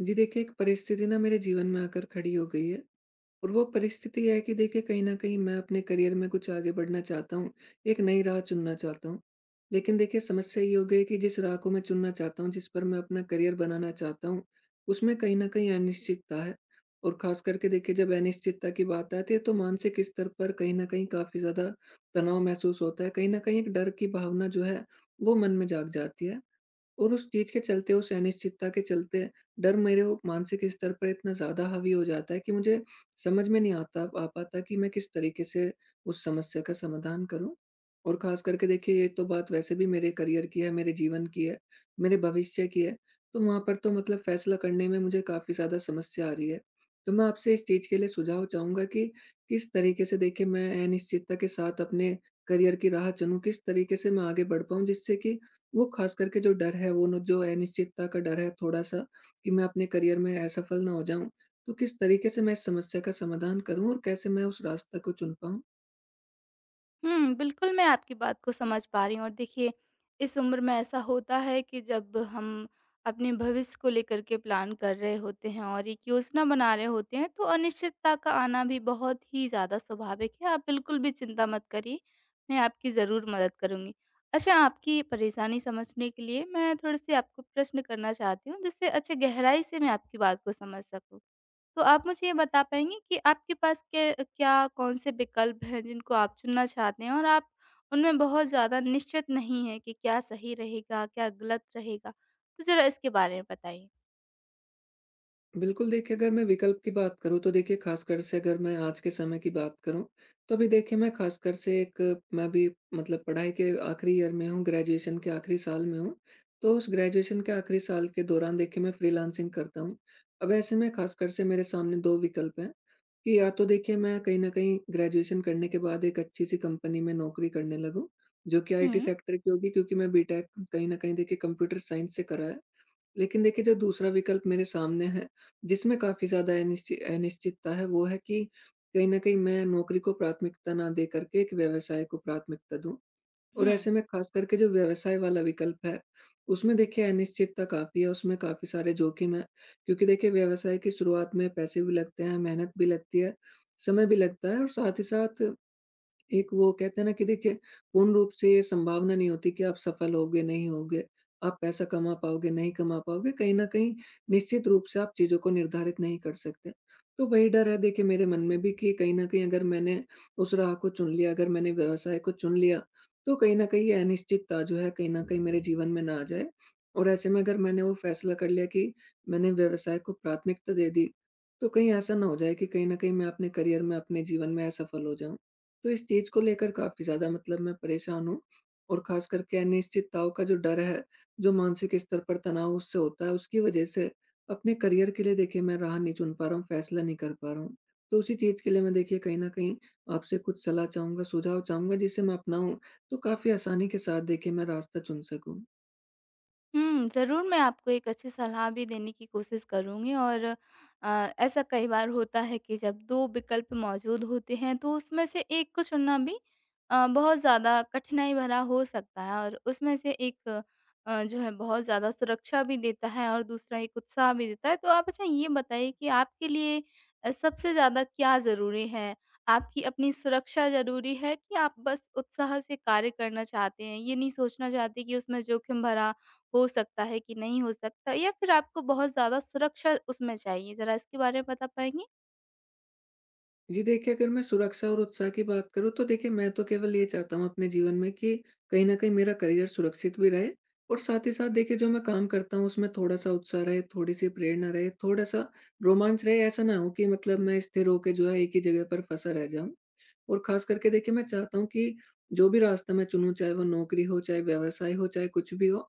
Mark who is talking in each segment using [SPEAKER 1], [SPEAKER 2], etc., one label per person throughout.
[SPEAKER 1] जी देखिए, एक परिस्थिति ना मेरे जीवन में आकर खड़ी हो गई है और वो परिस्थिति है कि देखिए कहीं न कहीं मैं अपने करियर में कुछ आगे बढ़ना चाहता हूँ, एक नई राह चुनना चाहता हूँ। लेकिन देखिए समस्या ये हो गई है कि जिस राह को मैं चुनना चाहता हूँ, जिस पर मैं अपना करियर बनाना चाहता हूँ, उसमें कहीं न कहीं अनिश्चितता है। और ख़ास करके देखिए जब अनिश्चितता की बात आती है तो मानसिक स्तर पर कहीं न कहीं काफ़ी ज़्यादा तनाव महसूस होता है, कहीं न कहीं एक डर की भावना जो है, वो मन में जाग जाती है। और उस चीज़ के चलते, उस अनिश्चितता के चलते, डर मेरे ओ मानसिक स्तर पर इतना ज़्यादा हावी हो जाता है कि मुझे समझ में नहीं आता आ पाता कि मैं किस तरीके से उस समस्या का समाधान करूँ। और ख़ास करके देखिए, ये तो बात वैसे भी मेरे करियर की है, मेरे जीवन की है, मेरे भविष्य की है, तो वहाँ पर तो मतलब फ़ैसला करने में मुझे काफ़ी ज़्यादा समस्या आ रही है। तो मैं आपसे इस चीज़ के लिए सुझाव चाहूँगा कि किस तरीके से देखिए मैं अनिश्चितता के साथ अपने करियर की राह चुनूँ, किस तरीके से मैं आगे बढ़ पाऊँ जिससे कि वो ख़ास करके जो डर है, वो न जो अनिश्चितता का डर है थोड़ा-सा कि मैं अपने करियर में असफल ना हो जाऊँ। तो किस तरीके से मैं इस समस्या का समाधान करूँ और कैसे मैं उस रास्ते को चुन पाऊँ?
[SPEAKER 2] हुँ, बिल्कुल, मैं आपकी बात को समझ पा रही हूँ और देखिए, इस उम्र में ऐसा होता है कि जब हम अपने भविष्य को लेकर के प्लान कर रहे होते हैं और एक योजना बना रहे होते हैं, तो अनिश्चितता का आना भी बहुत ही ज़्यादा स्वाभाविक है। आप बिल्कुल भी चिंता मत करिए, मैं आपकी ज़रूर मदद करूँगी। अच्छा, आपकी परेशानी समझने के लिए मैं थोड़े-से आपको प्रश्न करना चाहती हूँ, जिससे अच्छे गहराई से मैं आपकी बात को समझ सकूँ। तो आप मुझे ये बता पाएँगी कि आपके पास के क्या कौन-से विकल्प हैं जिनको आप चुनना चाहते हैं और आप उनमें बहुत ज़्यादा निश्चित नहीं हैं कि क्या सही रहेगा, क्या गलत रहेगा? तो ज़रा इसके बारे में बताइए।
[SPEAKER 1] बिल्कुल देखिए, अगर मैं विकल्प की बात करूँ तो देखिए ख़ासकर से अगर मैं आज के समय की बात करूँ, तो अभी देखिए मैं ख़ासकर से एक मैं अभी मतलब पढ़ाई के आखिरी ईयर में हूँ, ग्रेजुएशन के आखिरी साल में हूँ। तो उस ग्रेजुएशन के आखिरी साल के दौरान देखिए मैं फ्रीलांसिंग करता हूँ। अब ऐसे में ख़ासकर से मेरे सामने 2 विकल्प हैं, कि या तो देखिए मैं कहीं न कहीं ग्रेजुएशन करने के बाद एक अच्छी-सी कंपनी में नौकरी करने लगूँ, जो कि आईटी
[SPEAKER 2] हुँ।
[SPEAKER 1] सेक्टर की होगी क्योंकि मैं बीटेक कहीं न कहीं देखिए कंप्यूटर साइंस से करा है। लेकिन देखिए, जो दूसरा विकल्प मेरे सामने है, जिसमें काफ़ी ज़्यादा अनिश्चितता है, वो है कि कहीं न कहीं मैं नौकरी को प्राथमिकता ना दे कर के एक व्यवसाय को प्राथमिकता दूँ और
[SPEAKER 2] हुँ।
[SPEAKER 1] ऐसे में ख़ास करके जो व्यवसाय वाला विकल्प है, उसमें देखिए अनिश्चितता काफ़ी है, उसमें काफ़ी सारे जोखिम हैं। क्योंकि देखिए, व्यवसाय की शुरुआत में पैसे भी लगते हैं, मेहनत भी लगती है, समय भी लगता है और साथ ही साथ एक वो कहते हैं ना कि देखिए पूर्ण रूप से ये संभावना नहीं होती कि आप सफल होगे, नहीं होगे, आप पैसा कमा पाओगे, नहीं कमा पाओगे, कहीं न कहीं निश्चित रूप से आप चीज़ों को निर्धारित नहीं कर सकते। तो वही डर है देखिए मेरे मन में भी कि कहीं न कहीं अगर मैंने उस राह को चुन लिया, अगर मैंने व्यवसाय को चुन लिया, तो कहीं न कहीं ये अनिश्चितता जो है, कहीं न कहीं मेरे जीवन में ना आ जाए। और ऐसे में अगर मैंने वो फैसला कर लिया कि मैंने व्यवसाय को प्राथमिकता दे दी, तो कहीं ऐसा ना हो जाए कि कहीं न कहीं मैं अपने करियर में, अपने जीवन में असफल हो जाऊँ। तो इस चीज़ को लेकर काफ़ी ज़्यादा मतलब मैं परेशान हूँ और ख़ास करके अनिश्चितताओं का जो डर है, जो मानसिक स्तर पर तनाव उससे होता है, उसकी वज़ह से अपने करियर के लिए देखिए मैं राह नहीं चुन पा रहा हूँ, फ़ैसला नहीं कर पा रहा हूँ। तो उसी चीज़ के लिए मैं देखिए कहीं न कहीं आपसे कुछ सलाह चाहूँगा, सुझाव चाहूँगा जिसे मैं अपनाऊँ, तो काफ़ी आसानी के साथ देखिए मैं रास्ता चुन सकूँ।
[SPEAKER 2] हुँ, ज़रूर मैं आपको एक अच्छी सलाह भी देने की कोशिश करूँगी और ऐसा कई बार होता है कि जब 2 विकल्प मौजूद होते हैं, तो उसमें से एक को चुनना भी बहुत ज़्यादा कठिनाई भरा हो सकता है और उसमें से एक जो है बहुत ज़्यादा सुरक्षा भी देता है और दूसरा एक उत्साह भी देता है। तो आप अच्छा ये बताइए कि आपके लिए सबसे ज़्यादा क्या ज़रूरी है? आपकी अपनी सुरक्षा ज़रूरी है कि आप बस उत्साह से कार्य करना चाहते हैं, ये नहीं सोचना चाहते कि उसमें जोखिम भरा हो सकता है कि नहीं हो सकता या फिर आपको बहुत ज़्यादा सुरक्षा उसमें चाहिए? ज़रा इसके बारे में बता पाएँगी?
[SPEAKER 1] जी देखिए, अगर मैं सुरक्षा और उत्साह की बात करूँ तो देखिए मैं तो केवल ये चाहता हूँ अपने जीवन में कि कहीं न कहीं मेरा करियर सुरक्षित भी रहे और साथ ही साथ देखिए जो मैं काम करता हूँ उसमें थोड़ा-सा उत्साह रहे, थोड़ी-सी प्रेरणा रहे, थोड़ा-सा रोमांच रहे। ऐसा ना हो कि मतलब मैं स्थिर होके जो है एक ही जगह पर फँसा रह जाऊँ। और खास करके देखिए मैं चाहता हूँ कि जो भी रास्ता मैं चुनूँ चाहे वो नौकरी हो, चाहे व्यवसाय हो, चाहे कुछ भी हो,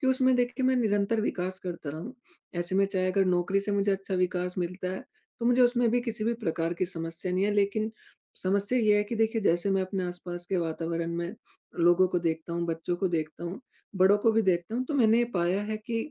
[SPEAKER 1] कि उसमें देखिए मैं निरंतर विकास करता रहूँ। ऐसे में चाहे अगर नौकरी से मुझे अच्छा विकास मिलता है, तो मुझे उसमें भी किसी भी प्रकार की समस्या नहीं है। लेकिन समस्या ये है कि देखिए जैसे मैं अपने आसपास के वातावरण में लोगों को देखता हूँ, बच्चों को देखता हूँ, बड़ों को भी देखता हूँ, तो मैंने ये पाया है कि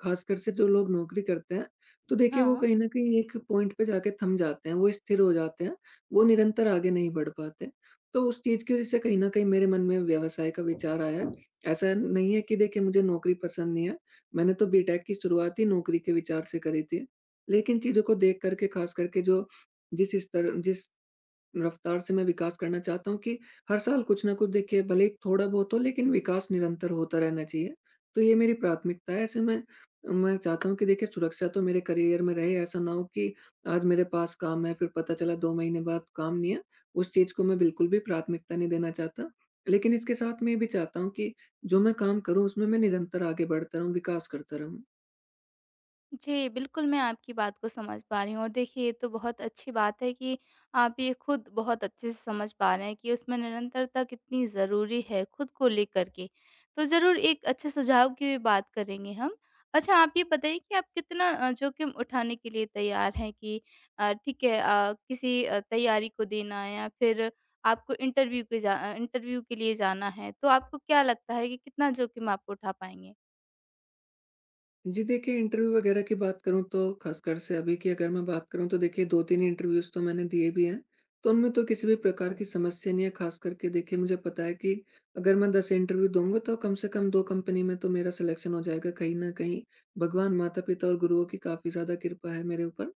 [SPEAKER 1] खासकर से जो लोग नौकरी करते हैं, तो देखिए वो
[SPEAKER 2] हाँ।
[SPEAKER 1] कहीं न कहीं एक पॉइंट पे जाके थम जाते हैं, वो स्थिर हो जाते हैं, वो निरंतर आगे नहीं बढ़ पाते। तो उस चीज़ की वज़ह से कहीं न कहीं मेरे मन में व्यवसाय का विचार आया। ऐसा नहीं है कि देखिए मुझे नौकरी पसंद नहीं है, मैंने तो बीटेक की शुरुआत ही नौकरी के विचार से करी थी। लेकिन चीज़ों को देख कर के खास करके जो जिस स्तर जिस रफ्तार से मैं विकास करना चाहता हूँ कि हर साल कुछ ना कुछ देखिए भले ही थोड़ा बहुत हो लेकिन विकास निरंतर होता रहना चाहिए। तो ये मेरी प्राथमिकता है, ऐसे में मैं चाहता हूँ कि देखिए सुरक्षा तो मेरे करियर में रहे, ऐसा ना हो कि आज मेरे पास काम है फिर पता चला 2 महीने बाद काम नहीं है। उस चीज़ को मैं बिल्कुल भी प्राथमिकता नहीं देना चाहता। लेकिन इसके साथ मैं ये भी चाहता हूँ कि जो मैं काम करूँ उसमें मैं निरंतर आगे बढ़ता रहूँ, विकास करता रहूँ।
[SPEAKER 2] जी, बिल्कुल मैं आपकी बात को समझ पा रही हूँ और देखिए ये तो बहुत अच्छी बात है कि आप ये खुद बहुत अच्छे से समझ पा रहे हैं कि उसमें निरंतरता कितनी ज़रूरी है खुद को लेकर के। तो ज़रूर एक अच्छे सुझाव की भी बात करेंगे हम। अच्छा आप ये बताइए कि आप कितना जोखिम उठाने के लिए तैयार हैं कि ठीक है किसी तैयारी को देना है या फिर आपको इंटरव्यू के लिए जाना है, तो आपको क्या लगता है कि कितना जोखिम आप उठा पाएँगे?
[SPEAKER 1] जी देखिए, इंटरव्यू वगैरह की बात करूँ तो ख़ासकर से अभी की अगर मैं बात करूँ तो देखिए 2-3 इंटरव्यूज़ तो मैंने दिए भी हैं। तो उनमें तो किसी भी प्रकार की समस्या नहीं है, ख़ास करके देखिए मुझे पता है कि अगर मैं 10 इंटरव्यू दूँगा तो कम से कम 2 कंपनी में तो मेरा सिलेक्शन हो जाएगा कहीं न कहीं। भगवान, माता-पिता और गुरुओं की काफ़ी ज़्यादा कृपा है मेरे ऊपर।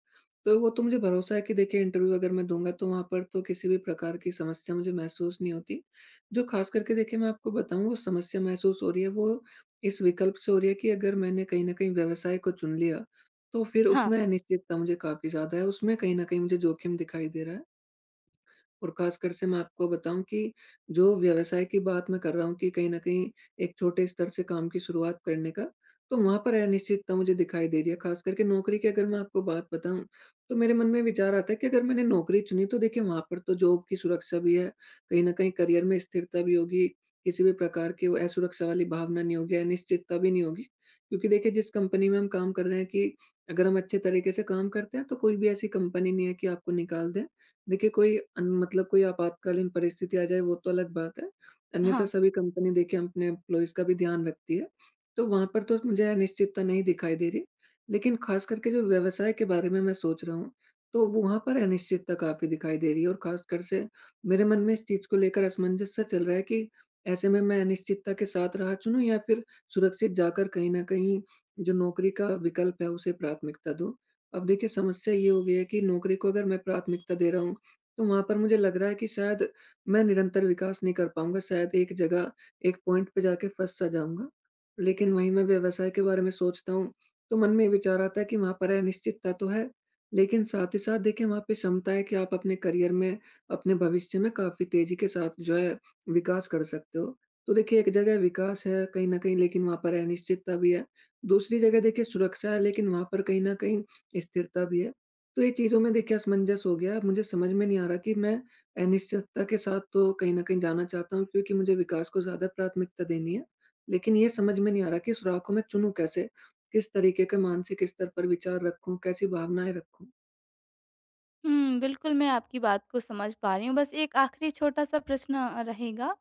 [SPEAKER 1] तो वो तो मुझे भरोसा है कि देखिए इंटरव्यू अगर मैं दूँगा तो वहाँ पर तो किसी भी प्रकार की समस्या मुझे महसूस नहीं होती। जो ख़ास करके देखिए मैं आपको बताऊँ वो समस्या महसूस हो रही है, वो इस विकल्प से हो रही है कि अगर मैंने कहीं न कहीं व्यवसाय को चुन लिया, तो फिर
[SPEAKER 2] हाँ,
[SPEAKER 1] उसमें अनिश्चितता मुझे काफ़ी ज़्यादा है, उसमें कहीं न कहीं मुझे जोखिम दिखाई दे रहा है। और ख़ासकर से मैं आपको बताऊँ कि जो व्यवसाय की बात मैं कर रहा हूँ कि कहीं न कहीं एक छोटे स्तर से काम की शुरुआत करने का, तो वहाँ पर अनिश्चितता मुझे दिखाई दे रही है। ख़ास करके नौकरी की अगर मैं आपको बात बताऊँ, तो मेरे मन में विचार आता है कि अगर मैंने नौकरी चुनी तो देखिए वहाँ पर तो जॉब की सुरक्षा भी है, कहीं न कहीं करियर में स्थिरता भी होगी, किसी भी प्रकार की वो असुरक्षा वाली भावना नहीं होगी, अनिश्चितता भी नहीं होगी। क्योंकि देखिए जिस कंपनी में हम काम कर रहे हैं कि अगर हम अच्छे तरीके से काम करते हैं तो कोई भी ऐसी कंपनी नहीं है कि आपको निकाल दें। देखिए कोई अन मतलब कोई आपातकालीन परिस्थिति आ जाए वो तो अलग बात है। अन्यथा
[SPEAKER 2] हाँ।
[SPEAKER 1] सभी कंपनी देखिए अपने एम्प्लॉइज़ का भी ध्यान रखती है। तो वहाँ पर तो मुझे अनिश्चितता नहीं दिखाई दे रही। लेकिन ख़ास करके जो व्यवसाय के बारे में मैं सोच रहा हूँ, तो वहाँ पर अनिश्चितता काफ़ी दिखाई दे रही है और ख़ासकर से मेरे मन में इस चीज़ को लेकर असमंजस सा चल रहा है कि ऐसे में मैं अनिश्चितता के साथ राह चुनूँ या फिर सुरक्षित जाकर कहीं न कहीं जो नौकरी का विकल्प है उसे प्राथमिकता दूँ। अब देखिए समस्या ये हो गई है कि नौकरी को अगर मैं प्राथमिकता दे रहा हूँ तो वहाँ पर मुझे लग रहा है कि शायद मैं निरंतर विकास नहीं कर पाऊँगा, शायद एक जगह, एक पॉइंट पे जाके फँस सा जाऊँगा। लेकिन वहीं मैं व्यवसाय के बारे में सोचता हूँ, तो मन में ये विचार आता है कि वहाँ पर अनिश्चितता तो है, लेकिन साथ ही साथ देखिए वहाँ पे क्षमता है कि आप अपने करियर में, अपने भविष्य में काफ़ी तेज़ी के साथ जो है विकास कर सकते हो। तो देखिए एक जगह विकास है कहीं न कहीं लेकिन वहाँ पर अनिश्चितता भी है। दूसरी जगह देखिए सुरक्षा है लेकिन वहाँ पर कहीं न कहीं स्थिरता भी है। तो ये चीज़ों में देखिए असमंजस हो गया। मुझे समझ में नहीं आ रहा कि मैं अनिश्चितता के साथ तो कहीं न कहीं जाना चाहता हूँ क्योंकि मुझे विकास को ज़्यादा प्राथमिकता देनी है। लेकिन ये समझ में नहीं आ रहा कि सुराह को मैं चुनूँ कैसे? किस तरीके के मानसिक स्तर पर विचार रखूँ? कैसी भावनाएँ रखूँ?
[SPEAKER 2] हुँ, बिल्कुल, मैं आपकी बात को समझ पा रही हूँ। बस एक आखिरी छोटा-सा प्रश्न रहेगा,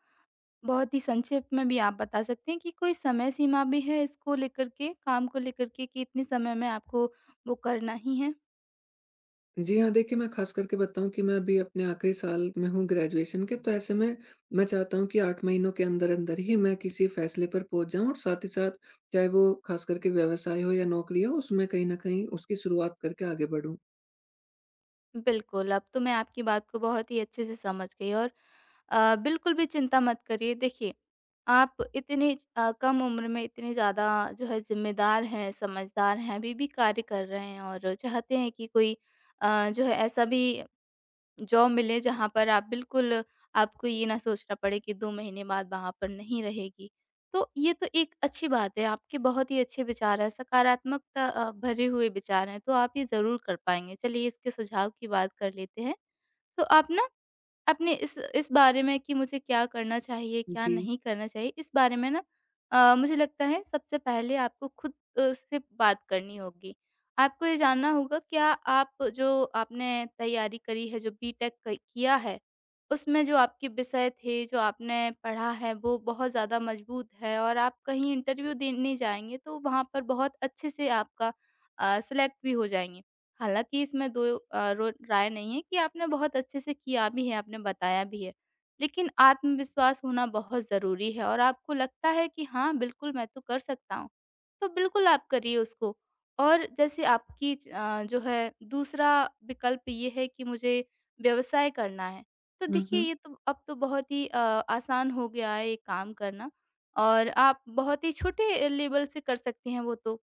[SPEAKER 2] बहुत ही संक्षेप में भी आप बता सकते हैं कि कोई समय सीमा भी है इसको लेकर के, काम को लेकर के कि इतने समय में आपको वो करना ही है?
[SPEAKER 1] जी हाँ, देखिए मैं ख़ास करके बताऊँ कि मैं अभी अपने आखिरी साल में हूँ ग्रेजुएशन के, तो ऐसे में मैं चाहता हूँ कि 8 महीनों के अंदर-अंदर ही मैं किसी फ़ैसले पर पहुँच जाऊँ और साथ ही साथ चाहे वो ख़ास करके व्यवसाय हो या नौकरी हो उसमें कहीं न कहीं उसकी शुरुआत करके आगे बढ़ूँ।
[SPEAKER 2] बिल्कुल, अब तो मैं आपकी बात को बहुत ही अच्छे से समझ गई और बिल्कुल भी चिंता मत करिए। देखिए, आप इतनी कम उम्र में इतने ज़्यादा जो है ज़िम्मेदार हैं, समझदार हैं, अभी भी कार्य कर रहे हैं और चाहते हैं कि कोई जो है ऐसा भी जॉब मिले जहाँ पर आप बिल्कुल आपको ये ना सोचना पड़े कि 2 महीने बाद वहाँ पर नहीं रहेगी। तो ये तो एक अच्छी बात है, आपके बहुत ही अच्छे विचार हैं, सकारात्मकता भरे हुए विचार हैं, तो आप ये ज़रूर कर पाएँगे। चलिए इसके सुझाव की बात कर लेते हैं। तो आप ना अपने इस बारे में कि मुझे क्या करना चाहिए, क्या
[SPEAKER 1] जी।
[SPEAKER 2] नहीं करना चाहिए, इस बारे में ना मुझे लगता है सबसे पहले आपको खुद से बात करनी होगी। आपको ये जानना होगा क्या आप जो आपने तैयारी करी है, जो बीटेक क किया है, उसमें जो आपके विषय थे, जो आपने पढ़ा है, वो बहुत ज़्यादा मज़बूत है और आप कहीं इंटरव्यू देने जाएँगे, तो वहाँ पर बहुत अच्छे से आपका सेलेक्ट भी हो जाएँगे। हालाँकि इसमें 2 अ, रो राय नहीं है कि आपने बहुत अच्छे से किया भी है, आपने बताया भी है। लेकिन आत्मविश्वास होना बहुत ज़रूरी है और आपको लगता है कि हाँ, बिल्कुल मैं तो कर सकता हूँ, तो बिल्कुल आप करिए उसको। और जैसे आपकी जो है दूसरा विकल्प ये है कि मुझे व्यवसाय करना है, तो
[SPEAKER 1] हुँ,
[SPEAKER 2] देखिए
[SPEAKER 1] हुँ।
[SPEAKER 2] ये तो अब तो बहुत ही आसान हो गया है ये काम करना और आप बहुत ही छोटे लेवल से कर सकते हैं वो तो।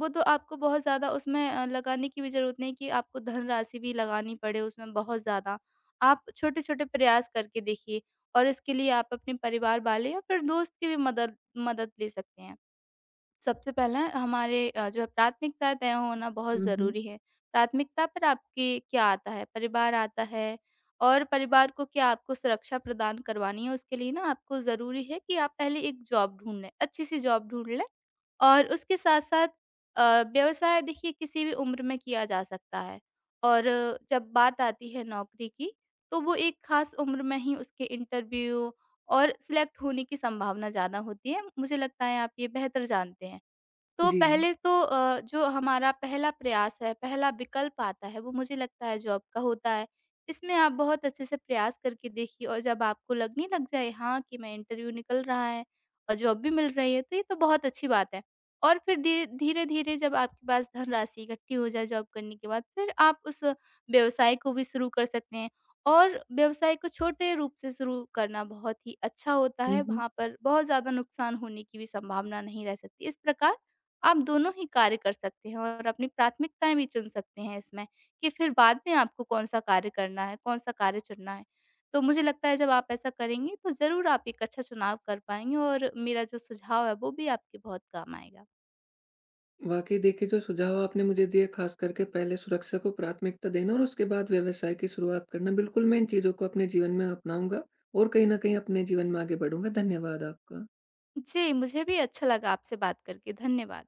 [SPEAKER 2] वो तो आपको बहुत ज़्यादा उसमें लगाने की भी ज़रूरत नहीं कि आपको धनराशि भी लगानी पड़े उसमें बहुत ज़्यादा। आप छोटे-छोटे प्रयास करके देखिए और इसके लिए आप अपने परिवार वाले या फिर दोस्त की भी मदद मदद ले सकते हैं। सबसे पहला हमारे जो है प्राथमिकता तय होना बहुत
[SPEAKER 1] हुँ, हुँ।
[SPEAKER 2] ज़रूरी है। प्राथमिकता पर आपके क्या आता है? परिवार आता है और परिवार को क्या आपको सुरक्षा प्रदान करवानी है उसके लिए ना आपको ज़रूरी है कि आप पहले एक जॉब ढूँढ लें, अच्छी-सी जॉब ढूँढ लें। और उसके साथ-साथ व्यवसाय देखिए किसी भी उम्र में किया जा सकता है और जब बात आती है नौकरी की, तो वो एक ख़ास उम्र में ही उसके इंटरव्यू और सिलेक्ट होने की संभावना ज़्यादा होती है। मुझे लगता है आप ये बेहतर जानते हैं। तो
[SPEAKER 1] जी।
[SPEAKER 2] पहले तो जो हमारा पहला प्रयास है, पहला विकल्प आता है, वो मुझे लगता है जॉब का होता है। इसमें आप बहुत अच्छे से प्रयास करके देखिए और जब आपको लगने लग जाए हाँ, कि मैं इंटरव्यू निकल रहा है और जॉब भी मिल रही है, तो ये तो बहुत अच्छी बात है। और फिर धीरे-धीरे जब आपके पास धनराशि इकट्ठी हो जाए जॉब करने के बाद, फिर आप उस व्यवसाय को भी शुरू कर सकते हैं। और व्यवसाय को छोटे रूप से शुरू करना बहुत ही अच्छा होता
[SPEAKER 1] हुँ,
[SPEAKER 2] है,
[SPEAKER 1] हुँ।
[SPEAKER 2] वहाँ पर बहुत ज़्यादा नुकसान होने की भी संभावना नहीं रह सकती। इस प्रकार आप दोनों ही कार्य कर सकते हैं और अपनी प्राथमिकताएँ भी चुन सकते हैं इसमें, कि फिर बाद में आपको कौन-सा कार्य करना है, कौन-सा कार्य चुनना है। तो मुझे लगता है जब आप ऐसा करेंगे तो ज़रूर आप एक अच्छा चुनाव कर पाएँगे और मेरा जो सुझाव है वो भी आपके बहुत काम आएगा।
[SPEAKER 1] वाक़ई देखिए जो सुझाव आपने मुझे दिए ख़ास करके पहले सुरक्षा को प्राथमिकता देना और उसके बाद व्यवसाय की शुरुआत करना, बिल्कुल मैं इन चीज़ों को अपने जीवन में अपनाऊँगा और कहीं न कहीं अपने जीवन में आगे बढ़ूँगा। धन्यवाद आपका।
[SPEAKER 2] जी, मुझे भी अच्छा लगा आपसे बात करके। धन्यवाद।